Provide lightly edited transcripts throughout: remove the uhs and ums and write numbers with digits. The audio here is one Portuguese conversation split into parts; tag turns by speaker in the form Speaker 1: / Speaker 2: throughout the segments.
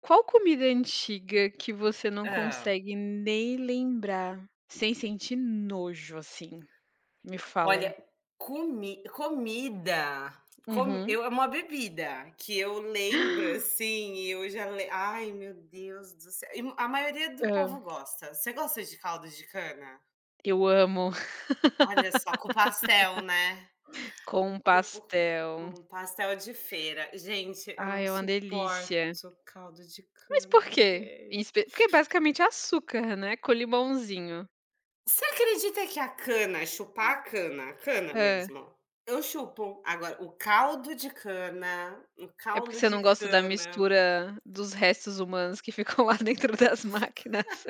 Speaker 1: Qual comida antiga que você não
Speaker 2: Hã.
Speaker 1: consegue nem lembrar, sem sentir nojo, assim? Me fala.
Speaker 2: Olha, comi comida, com
Speaker 1: Uhum.
Speaker 2: eu é uma bebida que eu lembro, assim, e eu já le ai, meu Deus do céu. E a maioria do
Speaker 1: Hã.
Speaker 2: povo gosta. Você gosta de caldo de cana?
Speaker 1: Eu amo
Speaker 2: Olha só, com pastel, né?
Speaker 1: com
Speaker 2: Com com
Speaker 1: pastel.
Speaker 2: com pastel de feira. Gente, eu
Speaker 1: Ai,
Speaker 2: não
Speaker 1: é uma
Speaker 2: suporto
Speaker 1: delícia.
Speaker 2: caldo de
Speaker 1: Mas
Speaker 2: cana,
Speaker 1: por quê? Em
Speaker 2: gente.
Speaker 1: espe Porque basicamente é açúcar, né, com limãozinho.
Speaker 2: Você acredita que a cana, chupar a cana
Speaker 1: Hã.
Speaker 2: mesmo, eu chupo. Agora, o caldo de cana, o
Speaker 1: É porque
Speaker 2: caldo
Speaker 1: você
Speaker 2: de
Speaker 1: não gosta da
Speaker 2: cana
Speaker 1: mistura dos restos humanos que ficam lá dentro das máquinas?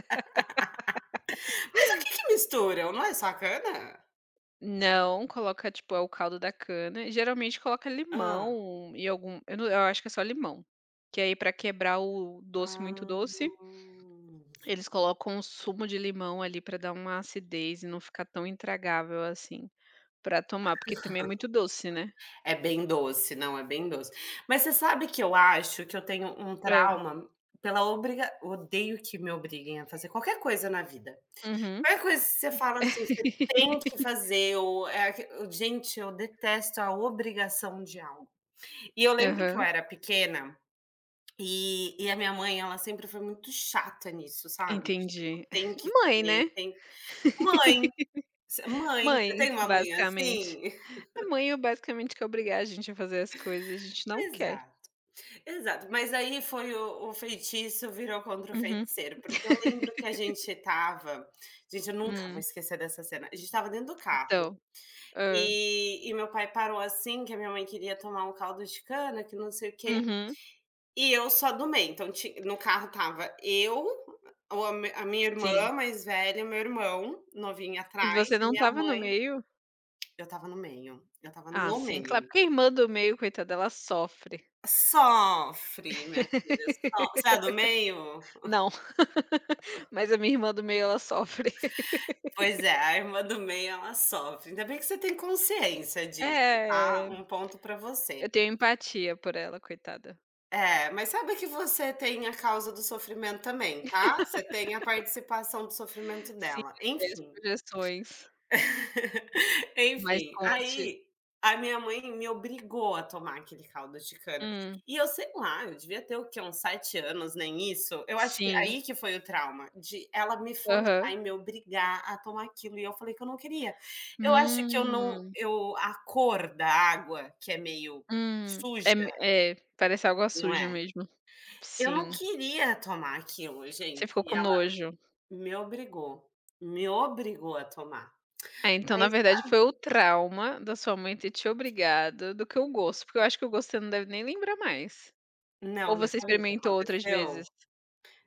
Speaker 2: mas o que que misturam? Não é só a cana?
Speaker 1: Não, coloca, tipo, é o caldo da cana. Geralmente coloca
Speaker 2: Hã.
Speaker 1: limão e algum eu não eu acho que é só limão, que aí pra quebrar o doce muito
Speaker 2: Ah.
Speaker 1: doce, eles colocam um sumo de limão ali pra dar uma acidez e não ficar tão intragável assim, pra tomar, porque também é muito doce, né.
Speaker 2: É bem doce, não, é bem doce. Mas você sabe que eu acho que eu tenho um
Speaker 1: É.
Speaker 2: trauma pela obriga odeio que me obriguem a fazer qualquer coisa na vida.
Speaker 1: Uhum.
Speaker 2: Qualquer coisa que você fala assim: "Você tem que fazer", ou é aque gente, eu detesto a obrigação de algo. E eu lembro que eu
Speaker 1: Aham.
Speaker 2: era pequena, e a minha mãe ela sempre foi muito chata nisso, sabe, de tipo:
Speaker 1: Entendi.
Speaker 2: "Tem que
Speaker 1: Mãe,
Speaker 2: comer,
Speaker 1: né.
Speaker 2: tem". Mãe, você você
Speaker 1: Mãe,
Speaker 2: tem uma mãe
Speaker 1: basicamente.
Speaker 2: assim?
Speaker 1: Mãe é basicamente que obrigar a gente a fazer as coisas, a gente não quer.
Speaker 2: Exato, exato. Mas aí foi o feitiço virou contra o
Speaker 1: Uhum.
Speaker 2: feiticeiro, porque eu lembro que a gente estava gente, eu nunca vou
Speaker 1: Hum.
Speaker 2: esquecer dessa cena. A gente estava dentro do carro,
Speaker 1: Então. Hã.
Speaker 2: e meu pai parou assim, que a minha mãe queria tomar um caldo de cana, que não sei o quê.
Speaker 1: Uhum.
Speaker 2: E eu só do meio, então ti no carro tava eu, ou a minha irmã
Speaker 1: Sim.
Speaker 2: mais velha, meu irmão novinho
Speaker 1: E
Speaker 2: atrás
Speaker 1: você
Speaker 2: e
Speaker 1: não
Speaker 2: minha
Speaker 1: estava no
Speaker 2: mãe.
Speaker 1: meio?
Speaker 2: Eu tava no meio, eu tava
Speaker 1: Ah,
Speaker 2: no
Speaker 1: sim, claro,
Speaker 2: meio.
Speaker 1: porque a irmã do meio, coitada, ela sofre.
Speaker 2: Sofre, minha filha, você é do meio?
Speaker 1: Não, mas a minha irmã do meio, ela sofre.
Speaker 2: Pois é, a irmã do meio ela sofre, ainda bem que você tem consciência disso, tá,
Speaker 1: É,
Speaker 2: um ponto pra você.
Speaker 1: eu tenho empatia por ela, coitada.
Speaker 2: É, mas sabe que você tem a causa do sofrimento também, tá, você tem a participação do sofrimento
Speaker 1: Sim,
Speaker 2: dela,
Speaker 1: eu sei as
Speaker 2: enfim.
Speaker 1: projeções. Mas
Speaker 2: Enfim,
Speaker 1: conte.
Speaker 2: aí a minha mãe me obrigou a tomar aquele caldo de cana.
Speaker 1: Hum,
Speaker 2: E eu sei lá, eu devia ter o quê? Uns 7 anos, nem isso? Eu acho que é
Speaker 1: sim.
Speaker 2: aí que foi o trauma, de ela me forçar
Speaker 1: Aham.
Speaker 2: e me obrigar a tomar aquilo, e eu falei que eu não queria. Eu acho que eu não
Speaker 1: Hum,
Speaker 2: eu a cor da água, que é meio
Speaker 1: hum.
Speaker 2: suja,
Speaker 1: É é, parece água
Speaker 2: não
Speaker 1: suja
Speaker 2: é?
Speaker 1: mesmo.
Speaker 2: Eu não
Speaker 1: Sim,
Speaker 2: queria tomar aquilo,
Speaker 1: você
Speaker 2: gente,
Speaker 1: ficou
Speaker 2: e
Speaker 1: com
Speaker 2: ela
Speaker 1: nojo.
Speaker 2: me obrigou, me obrigou a tomar.
Speaker 1: Ah, então na
Speaker 2: Aí
Speaker 1: verdade foi o trauma da sua mãe ter te obrigado, do que o gosto, porque eu acho que o gosto você não deve nem lembrar mais. Ou
Speaker 2: não, mas
Speaker 1: você
Speaker 2: sabe o que
Speaker 1: experimentou outras
Speaker 2: aconteceu?
Speaker 1: vezes?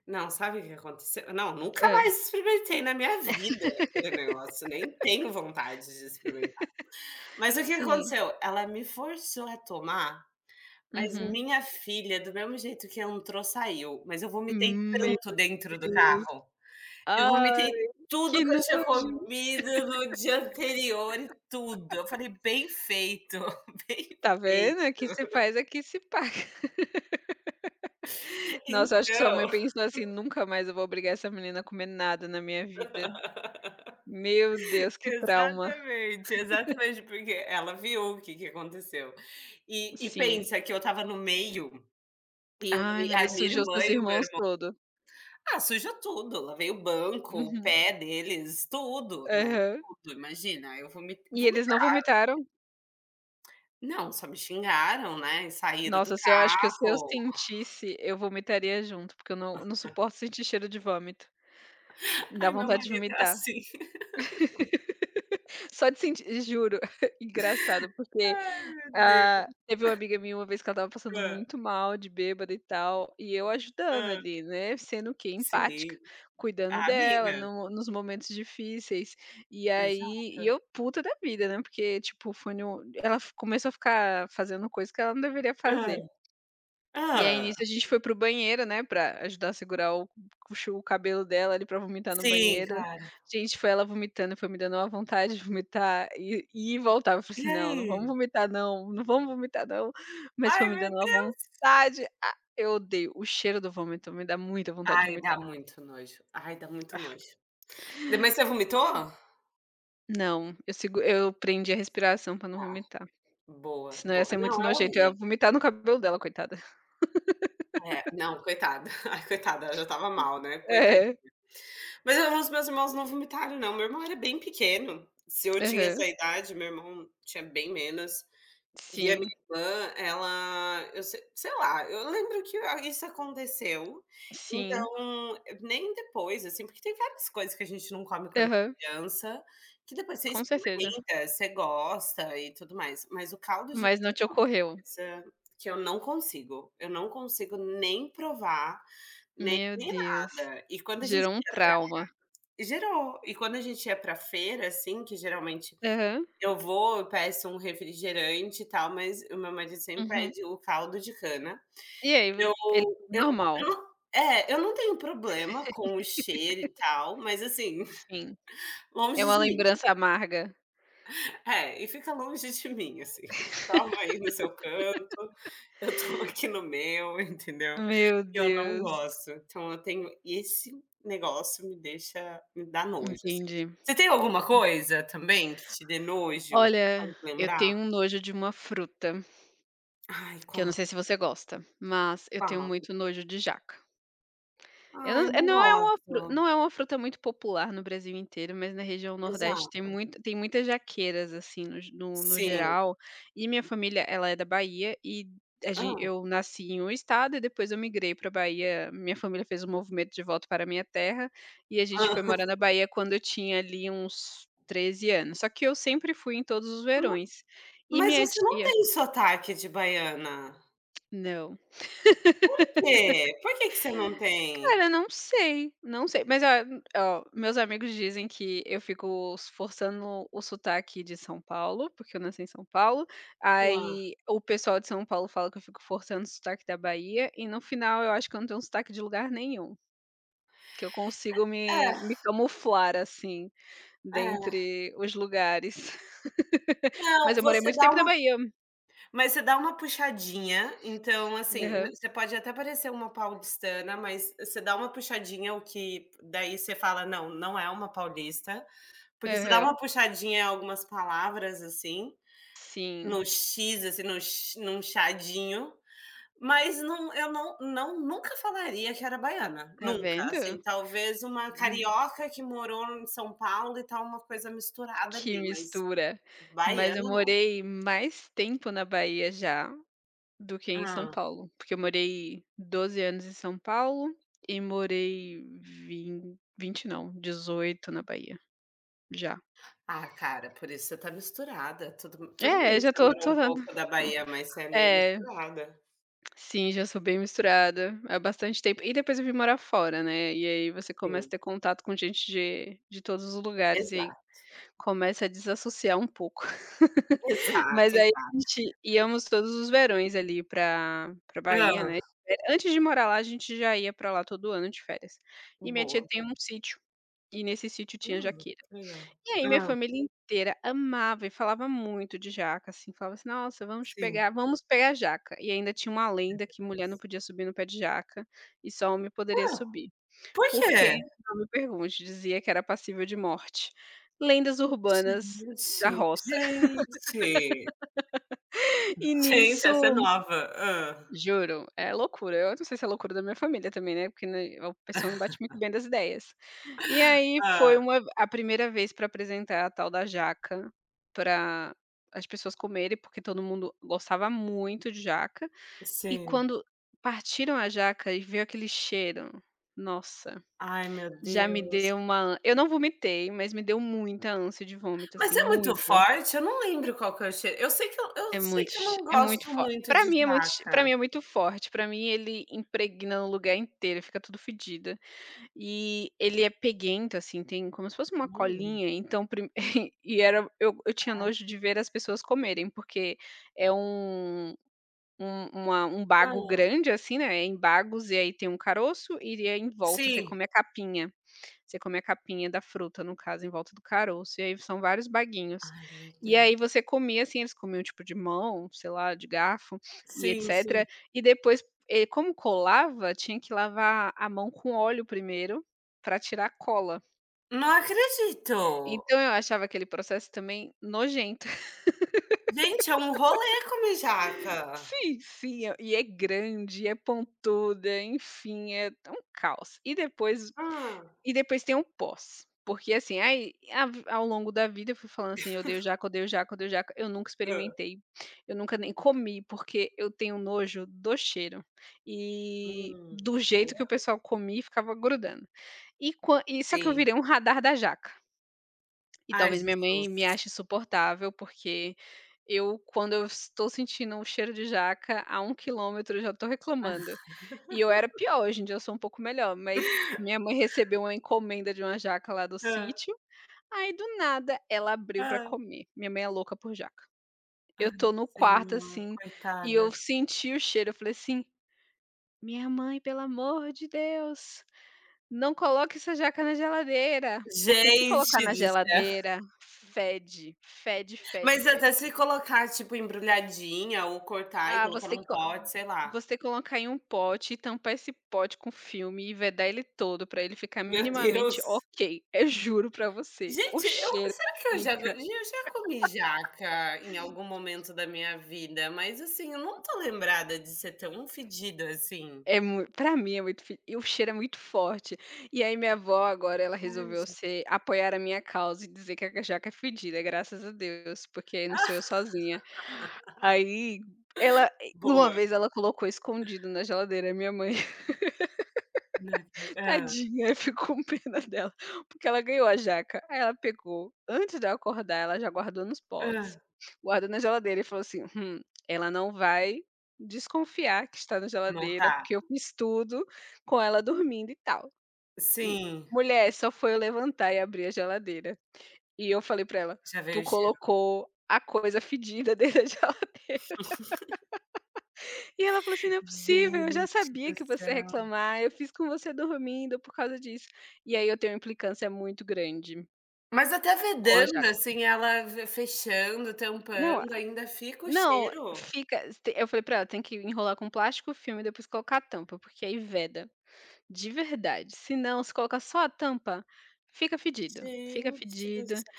Speaker 2: Não, sabe o que aconteceu? Não, nunca
Speaker 1: Hã,
Speaker 2: mais experimentei na minha vida aquele negócio, nem tenho vontade de experimentar. Mas o que
Speaker 1: sim.
Speaker 2: aconteceu? Ela me forçou a tomar, mas
Speaker 1: Uhum.
Speaker 2: minha filha, do mesmo jeito que entrou, saiu, mas eu vomitei
Speaker 1: Meu
Speaker 2: tanto dentro do
Speaker 1: Deus.
Speaker 2: carro, eu
Speaker 1: Ai,
Speaker 2: vomitei tudo
Speaker 1: que
Speaker 2: que eu tinha
Speaker 1: nojo.
Speaker 2: comido no dia anterior e tudo. Eu falei: "Bem feito, bem
Speaker 1: Tá
Speaker 2: feito".
Speaker 1: vendo? Aqui se faz, aqui se paga. Nossa, eu acho que sua mãe
Speaker 2: Então
Speaker 1: pensou assim: "Nunca mais eu vou obrigar essa menina a comer nada na minha vida". Meu Deus, que trauma.
Speaker 2: exatamente, exatamente, porque ela viu o que que aconteceu. E e
Speaker 1: Sim.
Speaker 2: pensa que eu estava no meio, e eu
Speaker 1: Ai,
Speaker 2: vi
Speaker 1: meu
Speaker 2: a
Speaker 1: Deus,
Speaker 2: minha
Speaker 1: sujou
Speaker 2: irmã
Speaker 1: seus
Speaker 2: e o meu
Speaker 1: irmãos
Speaker 2: irmão
Speaker 1: todo.
Speaker 2: ah, suja tudo, lavei o banco, o
Speaker 1: Uhum.
Speaker 2: pé deles, tudo, né,
Speaker 1: Aham.
Speaker 2: tudo, imagina, eu
Speaker 1: E eles não
Speaker 2: vomitar
Speaker 1: vomitaram?
Speaker 2: não, só me xingaram, né, e saíram do
Speaker 1: Nossa, se eu
Speaker 2: carro.
Speaker 1: sentisse, eu vomitaria junto, porque eu não não suporto sentir cheiro de vômito. Me dá
Speaker 2: Ai, meu
Speaker 1: vontade de
Speaker 2: marido é
Speaker 1: vomitar.
Speaker 2: assim.
Speaker 1: Só de sentir juro, engraçado, porque,
Speaker 2: Ai, meu Deus.
Speaker 1: ah, teve uma amiga minha uma vez que ela estava passando
Speaker 2: Hã,
Speaker 1: muito mal de bêbada e tal, e eu ajudando
Speaker 2: hã.
Speaker 1: ali, né, sendo o quê? Empática,
Speaker 2: Sim.
Speaker 1: cuidando
Speaker 2: Ah,
Speaker 1: dela
Speaker 2: amiga,
Speaker 1: no nos momentos difíceis. E aí
Speaker 2: exato.
Speaker 1: eu puta da vida, né, porque, tipo, foi no ela f começou a ficar fazendo coisa que ela não deveria
Speaker 2: Hã,
Speaker 1: fazer.
Speaker 2: hã.
Speaker 1: E aí nisso a gente foi pro banheiro, né, pra ajudar a segurar o puxou o cabelo dela ali pra vomitar no
Speaker 2: Sim,
Speaker 1: banheiro.
Speaker 2: cara.
Speaker 1: Gente, foi ela vomitando, foi me dando uma vontade de vomitar e voltava. Eu falei
Speaker 2: E
Speaker 1: assim: "Não, não vamos
Speaker 2: aí?
Speaker 1: vomitar não, não vamos vomitar não", mas foi
Speaker 2: Ai,
Speaker 1: me
Speaker 2: meu
Speaker 1: dando uma
Speaker 2: Deus.
Speaker 1: vontade. Ah, eu odeio o cheiro do vômito, me dá muita vontade de
Speaker 2: Ai,
Speaker 1: vomitar.
Speaker 2: dá muito nojo. Ai, dá muito nojo. De mas você vomitou?
Speaker 1: Não, eu prendi a respiração pra não
Speaker 2: Tá,
Speaker 1: vomitar,
Speaker 2: boa,
Speaker 1: senão ia
Speaker 2: boa.
Speaker 1: ser muito
Speaker 2: Não, é
Speaker 1: nojento, eu ia
Speaker 2: horrível.
Speaker 1: vomitar no cabelo dela, coitada.
Speaker 2: É, não, coitada. Ai, coitada, ela já estava mal, né, coitadinha.
Speaker 1: É,
Speaker 2: Mas eu os meus irmãos não vomitaram não, meu irmão era bem pequeno. Se eu tinha
Speaker 1: aham.
Speaker 2: essa idade, meu irmão tinha bem menos. E a minha
Speaker 1: Sim,
Speaker 2: irmã, ela eu se sei lá, eu lembro que a isso aconteceu,
Speaker 1: sim.
Speaker 2: então, nem depois, assim, porque tem várias coisas que a gente não come quando é
Speaker 1: Aham,
Speaker 2: criança, que depois você
Speaker 1: com certeza.
Speaker 2: experimenta, você gosta e tudo mais, mas o caldo de
Speaker 1: Mas
Speaker 2: cana
Speaker 1: não te
Speaker 2: é uma
Speaker 1: ocorreu.
Speaker 2: coisa que eu não consigo nem provar, nem
Speaker 1: Meu
Speaker 2: nem
Speaker 1: Deus,
Speaker 2: nada. E quando a gente
Speaker 1: gerou um
Speaker 2: ia pra
Speaker 1: trauma.
Speaker 2: gerou. E quando a gente ia pra feira, assim, que geralmente
Speaker 1: Aham,
Speaker 2: eu vou, eu peço um refrigerante e tal, mas o meu marido sempre
Speaker 1: uhum.
Speaker 2: pede o caldo de cana.
Speaker 1: E aí, v
Speaker 2: Eu
Speaker 1: ele é
Speaker 2: eu
Speaker 1: normal,
Speaker 2: eu não é, eu não tenho problema com o cheiro e tal, mas assim,
Speaker 1: sim. É
Speaker 2: longe
Speaker 1: uma
Speaker 2: de mim.
Speaker 1: lembrança amarga.
Speaker 2: É, e fica longe de mim, assim, toma aí no seu canto, eu tô aqui no meu, entendeu.
Speaker 1: Meu
Speaker 2: Eu não
Speaker 1: Deus,
Speaker 2: gosto, então eu tenho esse negócio me deixa me dá nojo, assim.
Speaker 1: entendi.
Speaker 2: Você tem alguma coisa também que te dê nojo?
Speaker 1: Olha,
Speaker 2: Pode
Speaker 1: eu
Speaker 2: lembrar?
Speaker 1: tenho um nojo de uma fruta,
Speaker 2: Ai,
Speaker 1: que eu não
Speaker 2: qual?
Speaker 1: sei se você gosta, mas eu tenho
Speaker 2: Qual?
Speaker 1: muito nojo de jaca. Eu não
Speaker 2: Ai,
Speaker 1: é
Speaker 2: não
Speaker 1: não é uma fru
Speaker 2: gosto.
Speaker 1: Não é uma fruta muito popular no Brasil inteiro, mas na região nordeste tem
Speaker 2: Exato.
Speaker 1: muito tem muitas jaqueiras, assim, no ge no no
Speaker 2: Sim.
Speaker 1: geral. E minha família, ela é da Bahia, e a
Speaker 2: Hã,
Speaker 1: gen eu nasci em um estado e depois eu migrei para Bahia. Minha família fez o movimento de volta para a minha terra, e a gente foi
Speaker 2: hã.
Speaker 1: morar na Bahia quando eu tinha ali uns 13 anos. Só que eu sempre fui em todos os
Speaker 2: Ma
Speaker 1: verões. E
Speaker 2: mas
Speaker 1: minha
Speaker 2: você não
Speaker 1: tia
Speaker 2: tem sotaque de baiana.
Speaker 1: não.
Speaker 2: Por quê? Por que que você não tem?
Speaker 1: Cara, não sei, não sei, mas a ó, meus amigos dizem que eu fico forçando o sotaque de São Paulo, porque eu nasci em São Paulo,
Speaker 2: Hã.
Speaker 1: aí o pessoal de São Paulo fala que eu fico forçando o sotaque da Bahia, e no final eu acho que eu não tenho sotaque de lugar nenhum, que eu consigo me camuflar, assim,
Speaker 2: É, é.
Speaker 1: dentre os lugares. Mas
Speaker 2: Não,
Speaker 1: eu morei
Speaker 2: você
Speaker 1: muito
Speaker 2: dá
Speaker 1: tempo na
Speaker 2: uma
Speaker 1: Bahia.
Speaker 2: mas você dá uma puxadinha, então, assim,
Speaker 1: Aham,
Speaker 2: você pode até parecer uma paulistana, mas você dá uma puxadinha, o que daí você fala: "Não, não é uma paulista", porque você dá uma
Speaker 1: aham.
Speaker 2: puxadinha em algumas palavras,
Speaker 1: Sim,
Speaker 2: assim, no "x" num "xadinho". Mas não eu não não nunca falaria que era baiana,
Speaker 1: tá
Speaker 2: nunca,
Speaker 1: vendo?
Speaker 2: assim, talvez uma carioca que morou em São Paulo e tal, uma coisa misturada
Speaker 1: Que
Speaker 2: ali, mas
Speaker 1: mistura. Mas
Speaker 2: baiana
Speaker 1: eu
Speaker 2: não.
Speaker 1: morei mais tempo na Bahia já do que em São
Speaker 2: Hã.
Speaker 1: Paulo, porque eu morei 12 anos em São Paulo e morei vin 20 não, 18 na Bahia, já.
Speaker 2: Ah, cara, por isso você tá misturada, tudo
Speaker 1: É,
Speaker 2: bem que
Speaker 1: já
Speaker 2: você
Speaker 1: tô
Speaker 2: morou
Speaker 1: tô
Speaker 2: um
Speaker 1: na
Speaker 2: pouco da Bahia, mas você é meio
Speaker 1: É,
Speaker 2: misturada.
Speaker 1: sim, já sou bem misturada há bastante tempo. E depois eu vim morar fora, né, e aí você começa a
Speaker 2: Sim,
Speaker 1: ter contato com gente de todos os lugares, e aí
Speaker 2: exato,
Speaker 1: começa a desassociar um pouco. Mas aí a
Speaker 2: exato.
Speaker 1: gente íamos todos os verões ali pra Bahia,
Speaker 2: Hã.
Speaker 1: né. Antes de morar lá, a gente já ia pra lá todo ano de férias. E minha tia
Speaker 2: Boa.
Speaker 1: tem um sítio, e nesse sítio tinha
Speaker 2: Hum,
Speaker 1: jaqueira.
Speaker 2: legal.
Speaker 1: E aí minha
Speaker 2: Hã,
Speaker 1: família inteira amava e falava muito de jaca, assim, falava assim: "Nossa,
Speaker 2: sim.
Speaker 1: vamos pegar jaca". E ainda tinha uma lenda que mulher não podia subir no pé de jaca, e só homem poderia
Speaker 2: Hã,
Speaker 1: subir.
Speaker 2: por
Speaker 1: Por quê?
Speaker 2: quê?
Speaker 1: Não me pergunte, dizia que era passível de morte. Lendas urbanas da
Speaker 2: Gente,
Speaker 1: roça.
Speaker 2: gente.
Speaker 1: E
Speaker 2: Gente, essa é
Speaker 1: nisso
Speaker 2: nova. Hã,
Speaker 1: Juro, é loucura. Eu não sei se é loucura da minha família também, né, porque, né, o pessoal não bate muito bem das ideias. E aí foi
Speaker 2: hã,
Speaker 1: uma a primeira vez para apresentar a tal da jaca para as pessoas comerem, porque todo mundo gostava muito de jaca. E
Speaker 2: sim.
Speaker 1: quando partiram a jaca e veio aquele cheiro, nossa,
Speaker 2: Ai, meu
Speaker 1: já me
Speaker 2: Deus.
Speaker 1: deu uma an- eu não vomitei, mas me deu muita ânsia de vômito,
Speaker 2: Mas
Speaker 1: assim,
Speaker 2: é muito
Speaker 1: muita.
Speaker 2: forte? Eu não lembro qual que é o cheiro. Eu sei que eu
Speaker 1: É
Speaker 2: sei
Speaker 1: muito
Speaker 2: que eu
Speaker 1: ch
Speaker 2: não
Speaker 1: É muito
Speaker 2: gosto
Speaker 1: forte.
Speaker 2: muito de
Speaker 1: Pra
Speaker 2: jaca.
Speaker 1: mim é muito forte, pra mim ele impregna o lugar inteiro, fica tudo fedida. E ele é peguento, assim, tem como se fosse uma
Speaker 2: Hum,
Speaker 1: colinha, então prime e era eu tinha
Speaker 2: ai.
Speaker 1: nojo de ver as pessoas comerem, porque é um um uma um
Speaker 2: Hã.
Speaker 1: bago grande, assim, né, é em bagos, e aí tem um caroço e é em volta, você
Speaker 2: Sim.
Speaker 1: come a capinha. Você come a capinha da fruta, no caso, em volta do caroço, e aí são vários baguinhos.
Speaker 2: Ai, meu
Speaker 1: E
Speaker 2: Deus.
Speaker 1: aí você comia, assim, eles comiam tipo de mão, sei lá, de garfo e
Speaker 2: Sim, sim.
Speaker 1: etcétera, e depois, como colava, tinha que lavar a mão com óleo primeiro, para tirar a cola.
Speaker 2: Não acredito.
Speaker 1: Então eu achava aquele processo também nojento.
Speaker 2: Gente, é um rolê comer jaca.
Speaker 1: Sim, sim, e é grande, é pontuda, enfim, é um caos. E depois.
Speaker 2: Hã.
Speaker 1: Tem o pós, porque assim, aí a v ao longo da vida eu fui falando assim: "Eu odeio jaca, odeio jaca, odeio jaca". Eu nunca
Speaker 2: Hã.
Speaker 1: experimentei, eu nunca nem comi, porque eu tenho nojo do cheiro e
Speaker 2: Hum.
Speaker 1: do
Speaker 2: Aí
Speaker 1: jeito que o
Speaker 2: é
Speaker 1: pessoal comia ficava grudando. E quan e Só que eu
Speaker 2: sim.
Speaker 1: virei um radar da jaca. E
Speaker 2: Ai,
Speaker 1: talvez minha mãe me
Speaker 2: Jesus.
Speaker 1: ache insuportável, porque eu, quando eu estou sentindo um cheiro de jaca, a 1 km eu já estou reclamando. E eu era pior, hoje em dia eu sou um pouco melhor, mas minha mãe recebeu uma encomenda de uma jaca lá do
Speaker 2: Hã,
Speaker 1: sítio, aí do nada ela abriu para
Speaker 2: hã.
Speaker 1: comer. Minha mãe é louca por jaca. Eu
Speaker 2: Ai,
Speaker 1: tô no quarto,
Speaker 2: Senhor,
Speaker 1: assim, e
Speaker 2: coitada.
Speaker 1: eu senti o cheiro, eu falei assim: "Minha mãe, pelo amor de Deus, não coloque essa jaca na geladeira, porque se colocar
Speaker 2: Gente
Speaker 1: na
Speaker 2: do céu.
Speaker 1: geladeira, fede, fede, fede,
Speaker 2: Mas
Speaker 1: fede.
Speaker 2: até se colocar, tipo, embrulhadinha ou cortar e
Speaker 1: Ah,
Speaker 2: colocar num pote, sei lá.
Speaker 1: você colocar em um pote e tampar esse pote com filme e vedar ele todo pra ele ficar
Speaker 2: Meu Deus.
Speaker 1: minimamente ok, eu juro pra você, o
Speaker 2: Gente, eu
Speaker 1: cheiro
Speaker 2: será que eu
Speaker 1: que
Speaker 2: já eu
Speaker 1: fica.
Speaker 2: já comi jaca em algum momento da minha vida, mas, assim, eu não tô lembrada de ser tão fedida assim.
Speaker 1: É mui Pra mim é muito fi e o cheiro é muito forte. E aí minha avó agora ela
Speaker 2: Ai,
Speaker 1: resolveu
Speaker 2: gente.
Speaker 1: ser apoiar a minha causa e dizer que a jaca é fedida, graças a Deus, porque aí não sou eu sozinha. Aí ela e uma
Speaker 2: Boa.
Speaker 1: vez ela colocou escondido na geladeira, minha mãe.
Speaker 2: Não acre hã,
Speaker 1: Tadinha, eu fico com pena dela, porque ela ganhou a jaca, aí ela pegou, antes de eu acordar, ela já guardou nos
Speaker 2: hã.
Speaker 1: potes, guardou na geladeira e falou assim: ela não vai desconfiar que está na
Speaker 2: Não
Speaker 1: geladeira,
Speaker 2: tá.
Speaker 1: porque eu fiz tudo com ela dormindo e tal".
Speaker 2: Sim,
Speaker 1: Mulher, só foi eu levantar e abrir a geladeira. E eu falei pra ela:
Speaker 2: já veio
Speaker 1: "Tu
Speaker 2: o cheiro.
Speaker 1: colocou a coisa fedida dentro da geladeira". E ela falou assim: "Não é possível, eu já
Speaker 2: Gente
Speaker 1: sabia
Speaker 2: do
Speaker 1: que você ia
Speaker 2: céu.
Speaker 1: reclamar, eu fiz com você dormindo por causa disso". E aí eu tenho uma implicância muito grande.
Speaker 2: Mas até
Speaker 1: Com a
Speaker 2: vedando,
Speaker 1: jaca.
Speaker 2: assim, ela ve fechando,
Speaker 1: Não,
Speaker 2: tampando, ainda fica o
Speaker 1: não,
Speaker 2: cheiro?
Speaker 1: fica eu falei pra ela: "Tem que enrolar com plástico filme e depois colocar a tampa, porque aí veda, de verdade. Se não, se colocar só a tampa, fica fedido, fica
Speaker 2: Gente do
Speaker 1: fedido".
Speaker 2: céu.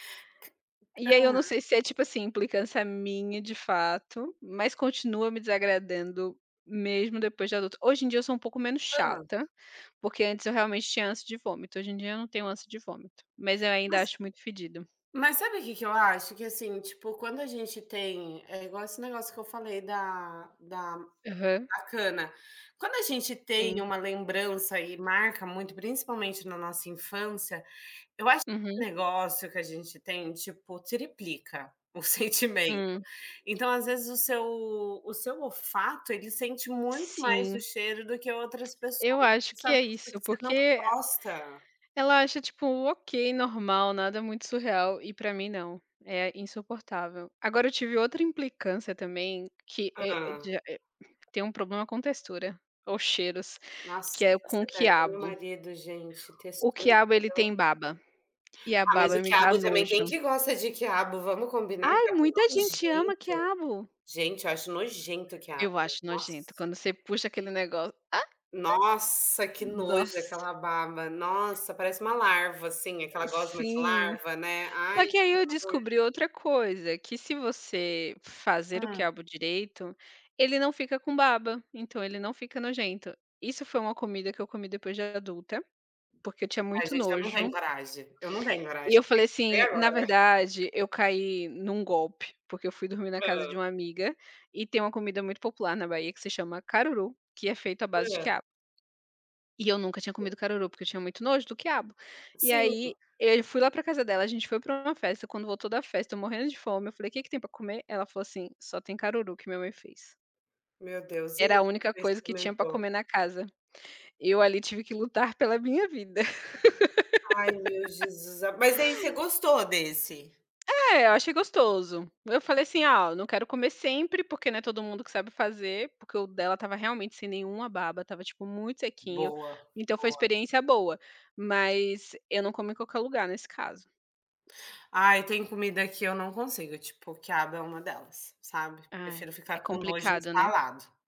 Speaker 1: E aí eu não sei se é, tipo assim, implicância minha de fato, mas continua me desagradando mesmo depois de adulto. Hoje em dia eu sou um pouco menos
Speaker 2: Hã.
Speaker 1: chata, porque antes eu realmente tinha ânsia de vômito, hoje em dia eu não tenho ânsia de vômito, mas eu ainda
Speaker 2: Mas
Speaker 1: acho muito fedido.
Speaker 2: mas sabe o que que eu acho? Que, assim, tipo, quando a gente tem é igual esse negócio que eu falei da da
Speaker 1: Aham.
Speaker 2: da cana. Quando a gente tem
Speaker 1: Sim.
Speaker 2: uma lembrança e marca muito, principalmente na nossa infância, eu acho que
Speaker 1: Uhum.
Speaker 2: esse negócio que a gente tem, tipo, triplica o sentimento.
Speaker 1: Hum.
Speaker 2: Então, às vezes, o seu olfato, ele sente muito mais o
Speaker 1: Sim.
Speaker 2: cheiro do que outras
Speaker 1: Eu
Speaker 2: pessoas,
Speaker 1: acho que é
Speaker 2: justamente
Speaker 1: isso,
Speaker 2: porque você não
Speaker 1: porque
Speaker 2: gosta.
Speaker 1: ela acha, tipo, ok, normal, nada muito surreal, e pra mim não, é insuportável. Agora eu tive outra implicância também, que é
Speaker 2: Hã.
Speaker 1: é de é tem um problema com textura, ou cheiros, que
Speaker 2: Nossa,
Speaker 1: é com o
Speaker 2: você tá igual meu
Speaker 1: quiabo.
Speaker 2: marido, gente,
Speaker 1: O
Speaker 2: textura.
Speaker 1: quiabo ele tem baba, e a
Speaker 2: Ah, mas
Speaker 1: baba
Speaker 2: o
Speaker 1: me dá
Speaker 2: quiabo também, quem
Speaker 1: nojo.
Speaker 2: que gosta de quiabo? Vamos combinar,
Speaker 1: Ai,
Speaker 2: quiabo
Speaker 1: muita
Speaker 2: é
Speaker 1: gente ama
Speaker 2: nojento.
Speaker 1: quiabo.
Speaker 2: Gente, eu acho nojento o quiabo.
Speaker 1: Eu acho
Speaker 2: Nossa.
Speaker 1: nojento, quando você puxa aquele negócio, ah,
Speaker 2: Nossa, que nojo
Speaker 1: nossa,
Speaker 2: aquela baba. Nossa, parece uma larva, assim, aquela gosma de
Speaker 1: sim.
Speaker 2: larva, né. Ai,
Speaker 1: Só que aí
Speaker 2: que
Speaker 1: eu
Speaker 2: nojo.
Speaker 1: descobri outra coisa, que se você fazer o
Speaker 2: Hã.
Speaker 1: quiabo direito, ele não fica com baba, então ele não fica nojento. Isso foi uma comida que eu comi depois de adulta, porque eu tinha
Speaker 2: Ai,
Speaker 1: muito
Speaker 2: gente, eu não tenho
Speaker 1: nojo,
Speaker 2: coragem, eu não tenho coragem.
Speaker 1: e eu
Speaker 2: Tem
Speaker 1: falei
Speaker 2: que ser
Speaker 1: assim: "Na
Speaker 2: agora.
Speaker 1: verdade, eu caí num golpe", porque eu fui dormir na
Speaker 2: Hã,
Speaker 1: casa de uma amiga, e tem uma comida muito popular na Bahia que se chama caruru, que é feito à base de
Speaker 2: hã.
Speaker 1: quiabo. E eu nunca tinha comido caruru, porque eu tinha muito nojo do quiabo. E
Speaker 2: Sim.
Speaker 1: aí, eu fui lá pra casa dela, a gente foi pra uma festa, quando voltou da festa, eu morrendo de fome, eu falei: "O "Que que tem pra comer?" Ela falou assim: "Só tem caruru que minha mãe fez".
Speaker 2: Meu Deus, e
Speaker 1: Era
Speaker 2: aí,
Speaker 1: a única
Speaker 2: você
Speaker 1: coisa que tinha pra
Speaker 2: experimentou?
Speaker 1: comer na casa. Eu ali tive que lutar pela minha vida.
Speaker 2: Ai, meu Jesus a mas daí você gostou desse?
Speaker 1: É, eu achei gostoso. Eu falei assim: "Ah, eu não quero comer sempre, porque não é todo mundo que sabe fazer", porque o dela estava realmente sem nenhuma baba, estava, tipo, muito sequinho,
Speaker 2: Boa,
Speaker 1: então foi uma
Speaker 2: boa.
Speaker 1: experiência boa, mas eu não como em qualquer lugar nesse caso.
Speaker 2: Ai, tem comida que eu não consigo, tipo, quiabo é uma delas, sabe.
Speaker 1: Ai,
Speaker 2: Prefiro
Speaker 1: é
Speaker 2: ficar com nojo
Speaker 1: complicado, né.
Speaker 2: instalado.